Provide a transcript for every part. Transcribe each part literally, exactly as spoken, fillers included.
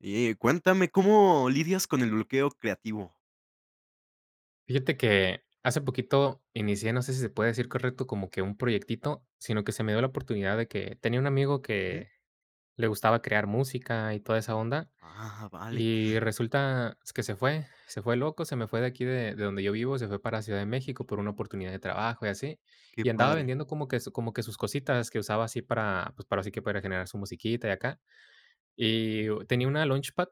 Y cuéntame, ¿cómo lidias con el bloqueo creativo? Fíjate que hace poquito inicié, no sé si se puede decir correcto, como que un proyectito, sino que se me dio la oportunidad de que tenía un amigo Ujú. que le gustaba crear música y toda esa onda, Ah, vale, y resulta que se fue, se fue loco, se me fue de aquí de, de donde yo vivo, se fue para Ciudad de México por una oportunidad de trabajo y así, qué y andaba padre. vendiendo como que, su- como que sus cositas que usaba así para, pues para así que para generar su musiquita y acá. Y tenía una Launchpad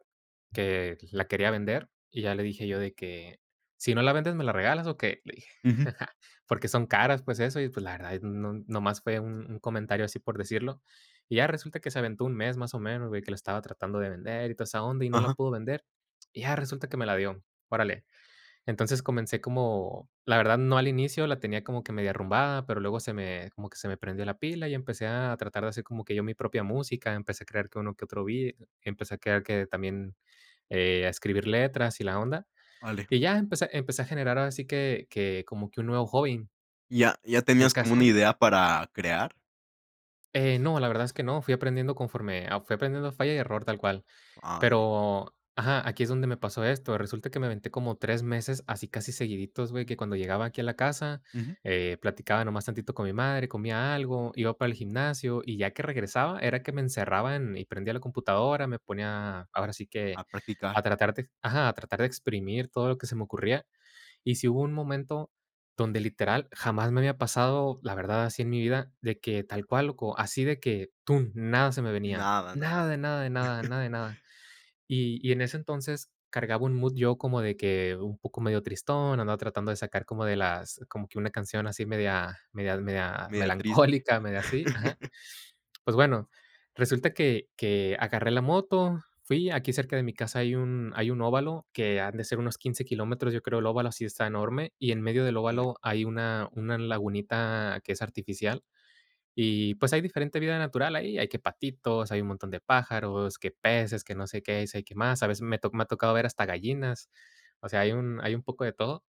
que la quería vender, y ya le dije yo de que: "Si no la vendes, ¿me la regalas o qué?", le dije. Ujú, Porque son caras, pues, eso, y, pues, la verdad, no nomás fue un un comentario así por decirlo. Y ya resulta que se aventó un mes, más o menos, güey, que la estaba tratando de vender y toda esa onda, y no la ajá, pudo vender. Y ya resulta que me la dio. Órale. Entonces, comencé como la verdad, no al inicio la tenía como que media arrumbada, pero luego se me como que se me prendió la pila y empecé a tratar de hacer como que yo mi propia música, empecé a crear que uno que otro beat, empecé a crear que también, eh, a escribir letras y la onda, vale. y ya empecé empecé a generar así que que como que un nuevo hobby. ¿Ya ya El tenías como una caso idea para crear? Eh, no, la verdad es que no, fui aprendiendo conforme a fui aprendiendo falla y error tal cual. Vale. Pero, ajá, aquí es donde me pasó esto. Resulta que me aventé como tres meses así casi seguiditos, güey, que cuando llegaba aquí a la casa, Ujú. eh, platicaba nomás tantito con mi madre, comía algo, iba para el gimnasio, y ya que regresaba era que me encerraba en y prendía la computadora, me ponía, ahora sí A que, practicar. a tratar de ajá, a tratar de exprimir todo lo que se me ocurría. Y si hubo un momento donde literal jamás me había pasado, la verdad, así en mi vida, de que tal cual, loco, así de que tú nada se me venía, Nada, nada. nada de nada de nada, nada de nada. Y, y en ese entonces cargaba un mood yo como de que un poco medio tristón, andaba tratando de sacar como de las, como que una canción así media, media, media Media triste. melancólica, media así, ajá. Pues bueno, resulta que que agarré la moto, fui, aquí cerca de mi casa hay un hay un óvalo que han de ser unos quince kilómetros, yo creo, el óvalo, sí está enorme, y en medio del Vale, óvalo hay una una lagunita que es artificial, y, pues, hay diferente vida natural ahí, hay que patitos, hay un montón de pájaros, que peces, que no sé qué, si hay que más, a veces me to me ha tocado ver hasta gallinas, o sea, hay un hay un poco de todo.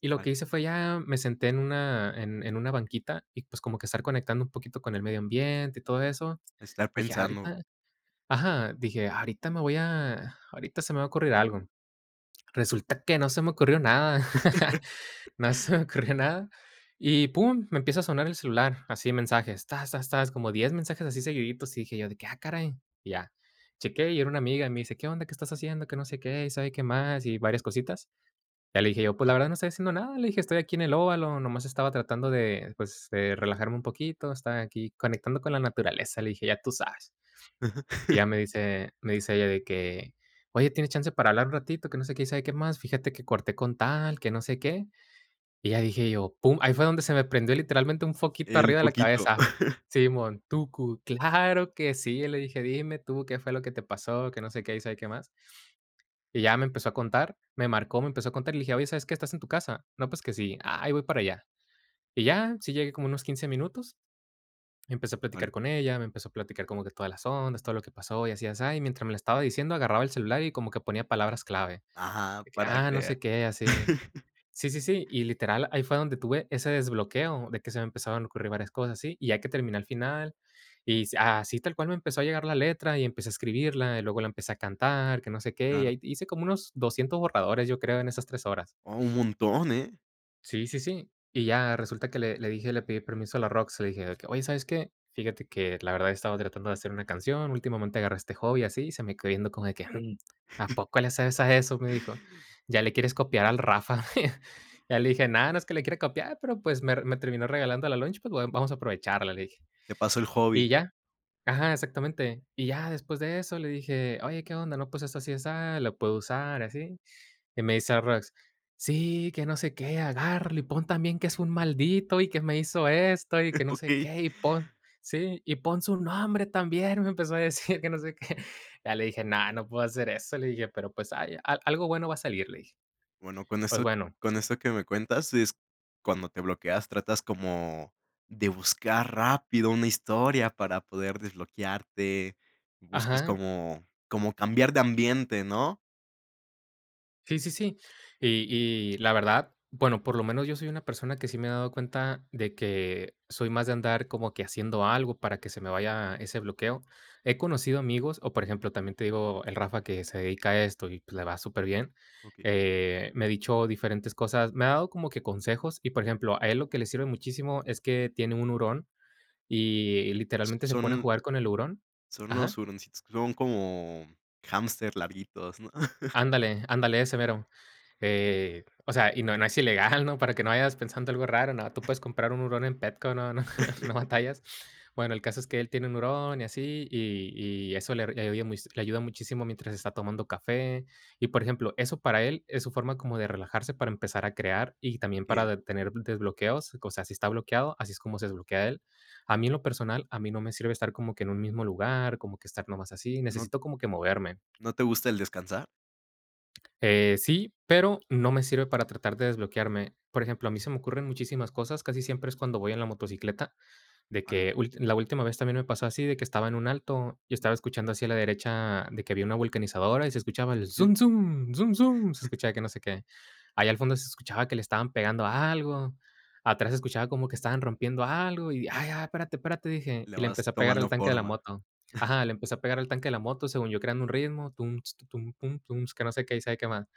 Y lo vale. que hice fue ya me senté en una en en una banquita y, pues, como que estar conectando un poquito con el medio ambiente y todo eso. Estar Dije: pensando. "Ahorita" ajá, dije: "Ahorita me voy a ahorita se me va a ocurrir algo". Resulta que no se me ocurrió nada. No se me ocurrió nada. Y pum, me empieza a sonar el celular, así mensajes, tas, tas, tas, como diez mensajes así seguiditos, y dije yo de qué "Ah, caray". Y ya, chequé y era una amiga, y me dice: "¿Qué onda? ¿Qué estás haciendo?, que no sé qué, y sabe qué más", y varias cositas. Ya le dije yo: "Pues, la verdad no estoy haciendo nada", le dije: "Estoy aquí en el óvalo, nomás estaba tratando de, pues, de relajarme un poquito, estaba aquí conectando con la naturaleza", le dije: "Ya tú sabes". Y ya me dice me dice ella de que: "Oye, ¿tienes chance para hablar un ratito?, que no sé qué, y sabe qué más, fíjate que corté con tal, que no sé qué". Y ya dije yo, pum, ahí fue donde se me prendió literalmente un foquito El arriba de la poquito. cabeza. Simón, tucu, claro que sí, le dije: "Dime tú qué fue lo que te pasó, que no sé qué, y sabe qué más". Y ya me empezó a contar, me marcó, me empezó a contar, y le dije: "Oye, ¿sabes qué? ¿Estás en tu casa?". "No, pues que sí". Ah, "Ay, voy para allá". Y ya, sí llegué como unos quince minutos, empecé a Vale. platicar con ella, me empezó a platicar como que todas las ondas, todo lo que pasó y así, así y mientras me la estaba diciendo, agarraba el celular y como que ponía palabras clave, Ajá, de que: para "Ah, no crear. sé qué", así. Sí, sí, sí, y literal, ahí fue donde tuve ese desbloqueo de que se me empezaban a ocurrir varias cosas, sí, y ya que terminé al final, y s así tal cual me empezó a llegar la letra y empecé a escribirla, y luego la empecé a cantar, que no sé qué, y Claro. ahí hice como unos doscientos borradores, yo creo, en esas tres horas. Oh, un montón, ¿eh? Sí, sí, sí. Y ya resulta que le le dije le pedí permiso a la Rox, le dije de que: "Oye, ¿sabes qué? Fíjate que la verdad he estado tratando de hacer una canción, últimamente agarré este hobby así", y se me quedó viendo como de que: "Mm, ¿a poco le sabes a eso?", me dijo. "¿Ya le quieres copiar al Rafa?". Ya le dije: nada no es que le quiera copiar, pero pues me me terminó regalando la lunch, pues, bueno, vamos a aprovecharla", le dije. Te pasó el Y hobby. ya ajá, exactamente. Y ya después de eso le dije: "Oye, ¿qué onda? No, pues esto así asá, lo puedo usar, así". Y me dice el Rox: "Sí, que no sé qué, agárralo y pon también que es un maldito y que me hizo esto y que no sé Okey. qué, y pon" sí, "y pon su nombre también", me empezó a decir que no sé qué. Ya le dije: "No, no puedo hacer eso", le dije, "pero pues, ay, al algo bueno va a salir", le dije. Bueno, con Pues esto bueno con esto que me cuentas es cuando te bloqueas, tratas como de buscar rápido una historia para poder desbloquearte, buscas ajá. como como cambiar de ambiente, ¿no? Sí, sí, sí. Y y la verdad, bueno, por lo menos yo soy una persona que sí me he dado cuenta de que soy más de andar como que haciendo algo para que se me vaya ese bloqueo. He conocido amigos, o por ejemplo, también te digo, el Rafa que se dedica a esto y pues le va superbién, Ok. eh, me ha dicho diferentes cosas, me ha dado como que consejos y, por ejemplo, a él lo que le sirve muchísimo es que tiene un hurón y literalmente se pone a Son jugar con el hurón. son los Ajá. huroncitos son como hámster larguitos, ¿no? Ándale, ándale, ese mero. Eh, o sea, y no no es ilegal, ¿no? Para que no vayas pensando algo raro, no, tú puedes comprar un hurón en Petco, no no no batallas. Bueno, el caso es que él tiene un hurón y así, y y eso le le ayuda muchis le ayuda muchísimo mientras está tomando café. Y, por ejemplo, eso para él es su forma como de relajarse para empezar a crear y también para Ok. de tener desbloqueos, o sea, si está bloqueado, así es como se desbloquea él. A mí, en lo personal, a mí no me sirve estar como que en un mismo lugar, como que estar nomás así, ¿No necesito como que moverme. no te gusta el descansar? Eh, sí, pero no me sirve para tratar de desbloquearme. Por ejemplo, a mí se me ocurren muchísimas cosas, casi siempre es cuando voy en la motocicleta, de Vale. que ul- la última vez también me pasó así, de que estaba en un alto y Va, estaba escuchando hacia la derecha de que había una vulcanizadora y se escuchaba el okey. zum, zum, zum, zum, se escuchaba que no sé qué. Allá al fondo se escuchaba que le estaban pegando a algo, atrás se escuchaba como que estaban rompiendo algo y, ay, ay, espérate, espérate, dije, Le y le vas empecé a pegar al tomando tanque de la forma, moto. Ajá, le empecé a pegar al tanque de la moto, según yo creando un ritmo, tum, ts, tu, tum, pum, tum, que no sé qué y sabe qué más.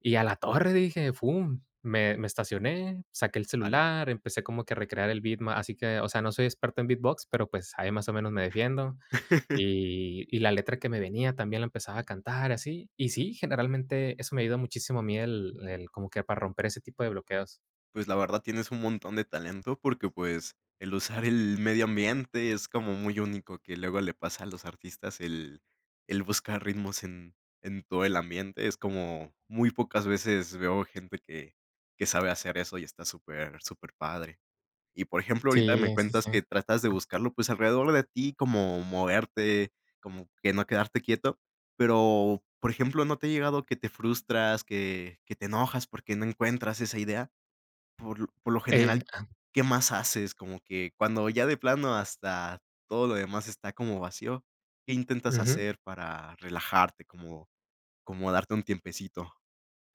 Y a la torre dije, fum, me me estacioné, saqué el vale. celular, empecé como que a recrear el beat, ma así que, o sea, no soy experto en beatbox, pero, pues, ahí más o menos me defiendo. Y y la letra que me venía también la empezaba a cantar así. Y sí, generalmente eso me ayuda muchísimo a mí el el como que para romper ese tipo de bloqueos. Pues, la verdad tienes un montón de talento porque, pues, el usar el medio ambiente es como muy único, que luego le pasa a los artistas, el el buscar ritmos en en todo el ambiente. Es como muy pocas veces veo gente que que sabe hacer eso y está súper súper padre. Y, por ejemplo, ahorita me Sí, sí, cuentas sí. que tratas de buscarlo, pues, alrededor de ti, como moverte, como que no quedarte quieto, pero, por ejemplo, ¿no te ha llegado que te frustras, que que te enojas porque no encuentras esa idea? Por lo Eh general, ¿qué más haces? Como que cuando ya de plano hasta todo lo demás está como vacío, ¿qué intentas ujú. hacer para relajarte? Como como darte un tiempecito.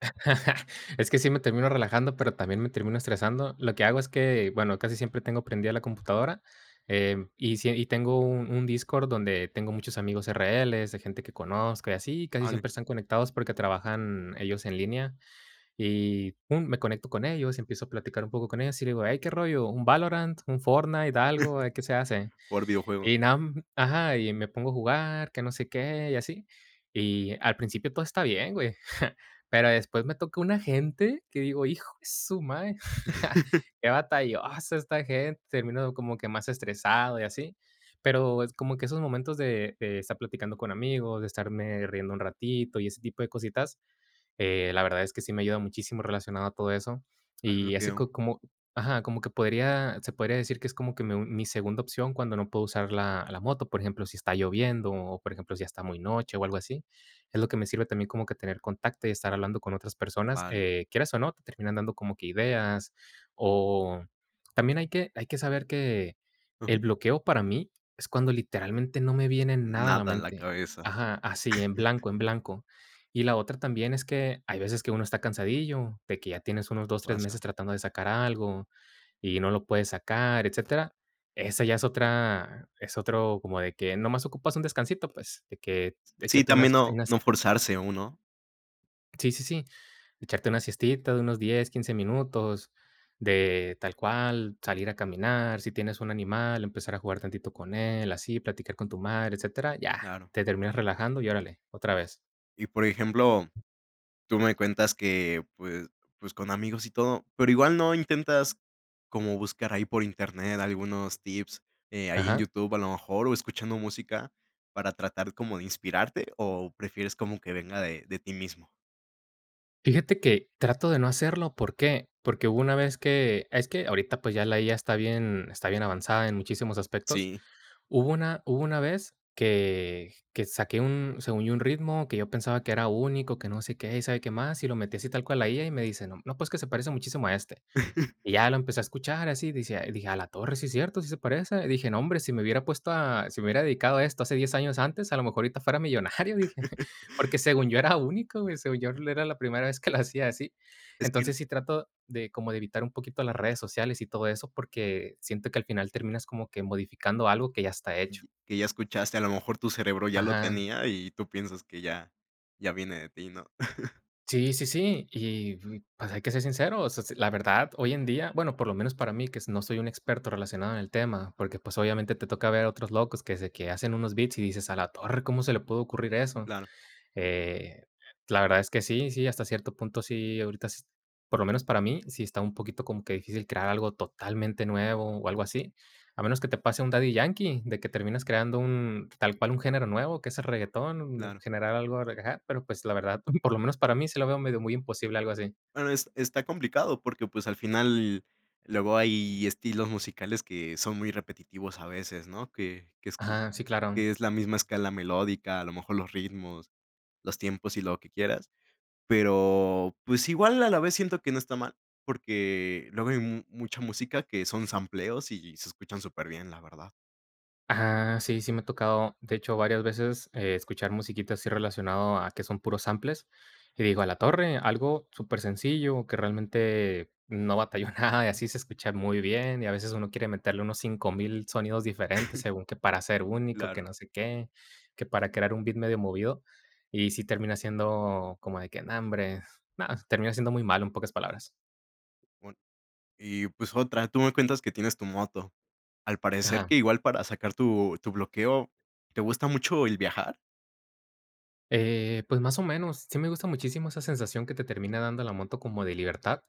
Es que sí me termino relajando, pero también me termino estresando. Lo que hago es que, bueno, casi siempre tengo prendida la computadora, em, y sie y tengo un un Discord donde tengo muchos amigos R Ls, de gente que conozco y así, y casi Vale. siempre están conectados porque trabajan ellos en línea, y pum, me conecto con ellos, empiezo a platicar un poco con ellos y le digo: "Hey, ¿qué rollo? ¿Un Valorant? ¿Un Fortnite? ¿Algo? ¿Qué se hace?". Jugar videojuegos. Y nada m ajá, y me pongo a jugar, que no sé qué, y así. Y al principio todo está bien, güey, pero después me toca una gente que digo: "Hijo de su madre, qué batallosa esta gente", termino como que más estresado y así, pero es como que esos momentos de de estar platicando con amigos, de estarme riendo un ratito y ese tipo de cositas, eh, la verdad es que sí me ayuda muchísimo relacionado a todo eso. Al Y ese bloqueo. co como ajá, como que podría se podría decir que es como que mi mi segunda opción cuando no puedo usar la la moto, por ejemplo, si está lloviendo o, por ejemplo, si ya está muy noche o algo así. Es lo que me sirve también como que tener contacto y estar hablando con otras personas, Vale. eh, quieras o no, te terminan dando como que ideas, o también hay que hay que saber que Ujú. el bloqueo para mí es cuando literalmente no me viene nada a la Nada en la mente. cabeza, Ajá, así en blanco, en blanco. Y la otra también es que hay veces que uno está cansadillo, de que ya tienes unos dos tres pasa. meses tratando de sacar algo y no lo puedes sacar, etcétera. Esa ya es otra es otro como de que nomás ocupas un descansito, pues, de que Sí, échate también unas no unas no forzarse uno, sí, sí, sí, echarte una siestita de unos diez quince minutos, de tal cual, salir a caminar, si tienes un animal, empezar a jugar tantito con él, así, platicar con tu madre, etcétera, ya, claro. te terminas relajando y órale, otra vez. Y, por ejemplo, tú me cuentas que, pues pues, con amigos y todo, pero igual no intentas como buscar ahí por internet algunos tips, eh, ahí en Ajá. YouTube a lo mejor, o escuchando música para tratar como de inspirarte, ¿o prefieres como que venga de de ti mismo? Fíjate que trato de no hacerlo, ¿por qué? Porque hubo una vez que es que ahorita, pues, ya la I A está bien está bien avanzada en muchísimos aspectos. Sí. Hubo una hubo una vez que que saqué un según yo, un ritmo que yo pensaba que era único, que no sé qué, y sabe qué más, y lo metí así tal cual a la I A, y me dice: "No, no, pues, que se parece muchísimo a este". Y ya lo empecé a escuchar así, decía dije: "A la torre, sí es cierto, sí se parece". Dije: "No, hombre, si me hubiera puesto a si me hubiera dedicado a esto hace diez años antes, a lo mejor ahorita fuera millonario", dije, porque según yo era único, güey, según yo era la primera vez que lo hacía así. Es que Entonces, sí trato de como de evitar un poquito las redes sociales y todo eso, porque siento que al final terminas como que modificando algo que ya está hecho. y que ya escuchaste, a lo mejor tu cerebro ya lo Ajá. tenía y tú piensas que ya ya viene de ti, ¿no? Sí, sí, sí, y, mm, pues, hay que ser sinceros, s la verdad, hoy en día, bueno, por lo menos para mí, que no soy un experto relacionado en el tema, porque, pues, obviamente te toca ver a otros locos que se que hacen unos beats y dices: "A la torre, ¿cómo se le pudo ocurrir eso?". Claro, Eh, la verdad es que sí, sí, hasta cierto punto sí, ahorita sí, por lo menos para mí, sí está un poquito como que difícil crear algo totalmente nuevo o algo así, a menos que te pase un Daddy Yankee, de que terminas creando un tal cual un género nuevo, que es el reguetón, claro. generar algo, ajá, pero, pues, la verdad, por lo menos para mí sí lo veo medio muy imposible algo así. Bueno, es está complicado porque, pues, al final luego hay estilos musicales que son muy repetitivos a veces, ¿no? Que que es Ajá, sí, claro. que es la misma escala melódica, a lo mejor los ritmos, los tiempos y lo que quieras, pero, pues, igual a la vez siento que no está mal, porque luego hay mu mucha música que son sampleos y se escuchan súper bien, la verdad. Ajá, sí, sí me ha tocado, de hecho, varias veces, eh, escuchar musiquita así relacionado a que son puros samples, y digo: "A la torre", algo súper sencillo que realmente no batalló nada, y así se escucha muy bien, y a veces uno quiere meterle unos cinco mil sonidos diferentes, según que para ser único, que Claro. no sé qué, que para crear un beat medio movido, y sí termina siendo como de que: "No, hombre", no, termina siendo muy malo, en pocas palabras. Bueno, y, pues, otra, tú me cuentas que tienes tu moto. Al parecer Ajá. que igual para sacar tu tu bloqueo, ¿te gusta mucho el viajar? Eh, pues más o menos, sí me gusta muchísimo esa sensación que te termina dando la moto como de libertad,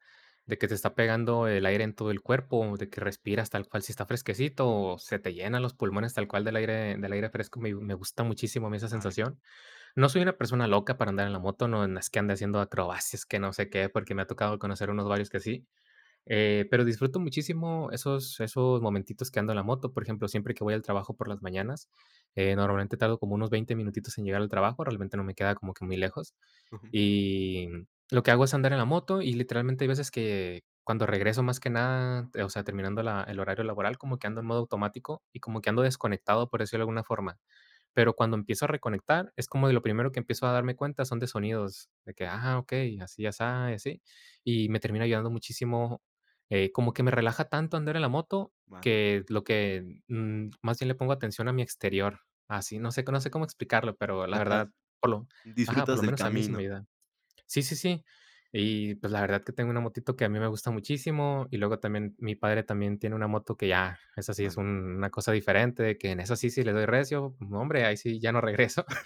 de que te está pegando el aire en todo el cuerpo, de que respiras tal cual si está fresquecito, o se te llenan los pulmones tal cual del aire, del aire fresco, me, me gusta muchísimo a mí esa Vale. sensación. No soy una persona loca para andar en la moto, no, no es que ande haciendo acrobacias, que no sé qué, porque me ha tocado conocer unos varios que sí, eh, pero disfruto muchísimo esos esos momentitos que ando en la moto. Por ejemplo, siempre que voy al trabajo por las mañanas, eh, normalmente tardo como unos veinte minutitos en llegar al trabajo, realmente no me queda como que muy lejos. Y lo que hago es andar en la moto y literalmente hay veces que cuando regreso más que nada, eh, o sea, terminando la el horario laboral, como que ando en modo automático y como que ando desconectado, por decirlo de alguna forma. Pero cuando empiezo a reconectar, es como de lo primero que empiezo a darme cuenta son de sonidos, de que, ah, ok, así, así, así. Y me termina ayudando muchísimo, eh, como que me relaja tanto andar en la moto Vale, que lo que mm, más bien le pongo atención a mi exterior. Así, no sé, no sé cómo explicarlo, pero la verdad, tratas, por lo, ajá, por disfrutas lo del menos a mí eso me camino, ayuda. Sí, sí, sí. Y, pues, la verdad que tengo una motito que a mí me gusta muchísimo, y luego también mi padre también tiene una moto que ya esa sí es vale, un una cosa diferente, de que en esa sí, sí le doy recio, no hombre, ahí sí ya no regreso.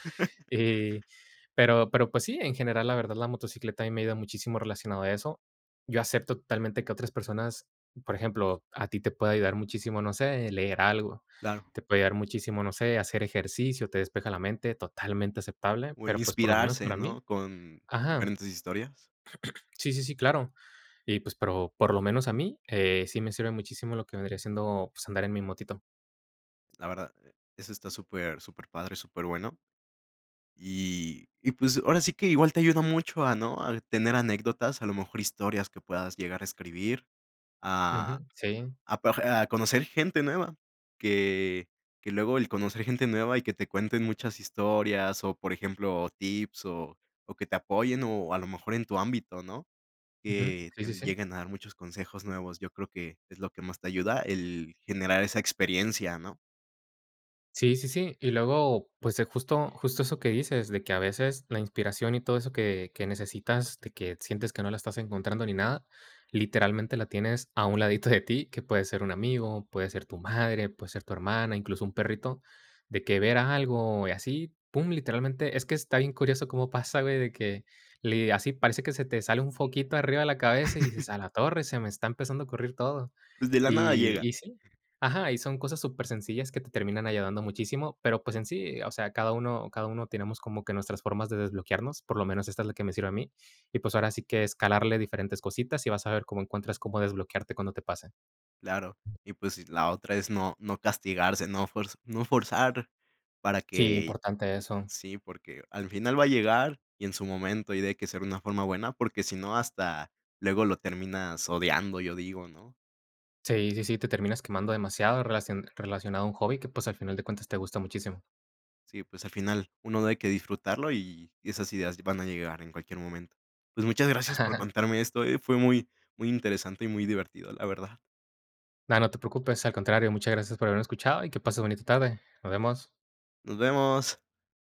Y, pero pero, pues sí, en general, la verdad, la motocicleta a mí me ayuda muchísimo relacionado a eso. Yo acepto totalmente que otras personas, por ejemplo, a ti te puede ayudar muchísimo, no sé, leer algo, claro, te puede ayudar muchísimo, no sé, hacer ejercicio, te despeja la mente, totalmente aceptable, o el pero, pues, por lo menos inspirarse, para mí ¿no?, con ajá. diferentes historias, Sí, sí, sí, claro. Y pues, pero por lo menos a mí, eh, sí me sirve muchísimo lo que vendría siendo, pues, andar en mi motito. la verdad, eh, eso está súper súper padre, súper bueno, y y pues, ahora sí que igual te ayuda mucho a, ¿no?, a tener anécdotas, a lo mejor historias que puedas llegar a escribir, a Ujú, sí, a pa a conocer gente nueva, que que luego el conocer gente nueva y que te cuenten muchas historias o, por ejemplo, tips o o que te apoyen o a lo mejor en tu ámbito, ¿no? ujú, Que sí, te sí, sí. llegan a dar muchos consejos nuevos. Yo creo que es lo que más te ayuda, el generar esa experiencia, ¿no? Sí, sí, sí. Y luego, pues, eh, justo justo eso que dices, de que a veces la inspiración y todo eso que que necesitas, de que sientes que no la estás encontrando ni nada, literalmente la tienes a un ladito de ti, que puede ser un amigo, puede ser tu madre, puede ser tu hermana, incluso un perrito, de que ver algo y así, pum, literalmente es que está bien curioso cómo pasa, güey, de que le así parece que se te sale un foquito arriba de la cabeza y dices: "A la torre, se me está empezando a ocurrir todo". Pues, de la nada Y llega, y sí. Ajá, y son cosas súper sencillas que te terminan ayudando muchísimo, pero, pues, en sí, o sea, cada uno cada uno tenemos como que nuestras formas de desbloquearnos, por lo menos esta es la que me sirve a mí, y, pues, ahora sí que escalarle diferentes cositas y vas a ver cómo encuentras cómo desbloquearte cuando te pase. claro. Y, pues, la otra es no no castigarse, no forz no forzar para Sí, que importante eso. sí, porque al final va a llegar y en su momento, y de que ser una forma buena, porque si no, hasta luego lo terminas odiando, yo digo, ¿no? Sí, sí, sí, te terminas quemando demasiado relacion relacionado a un hobby que, pues, al final de cuentas te gusta muchísimo. Sí, pues al final uno debe que disfrutarlo y esas ideas van a llegar en cualquier momento. Pues muchas gracias por contarme esto, eh, fue muy, muy interesante y muy divertido, la verdad. No, no te preocupes, al contrario, muchas gracias por haberme escuchado y que pases bonita tarde. Nos vemos. Nos vemos.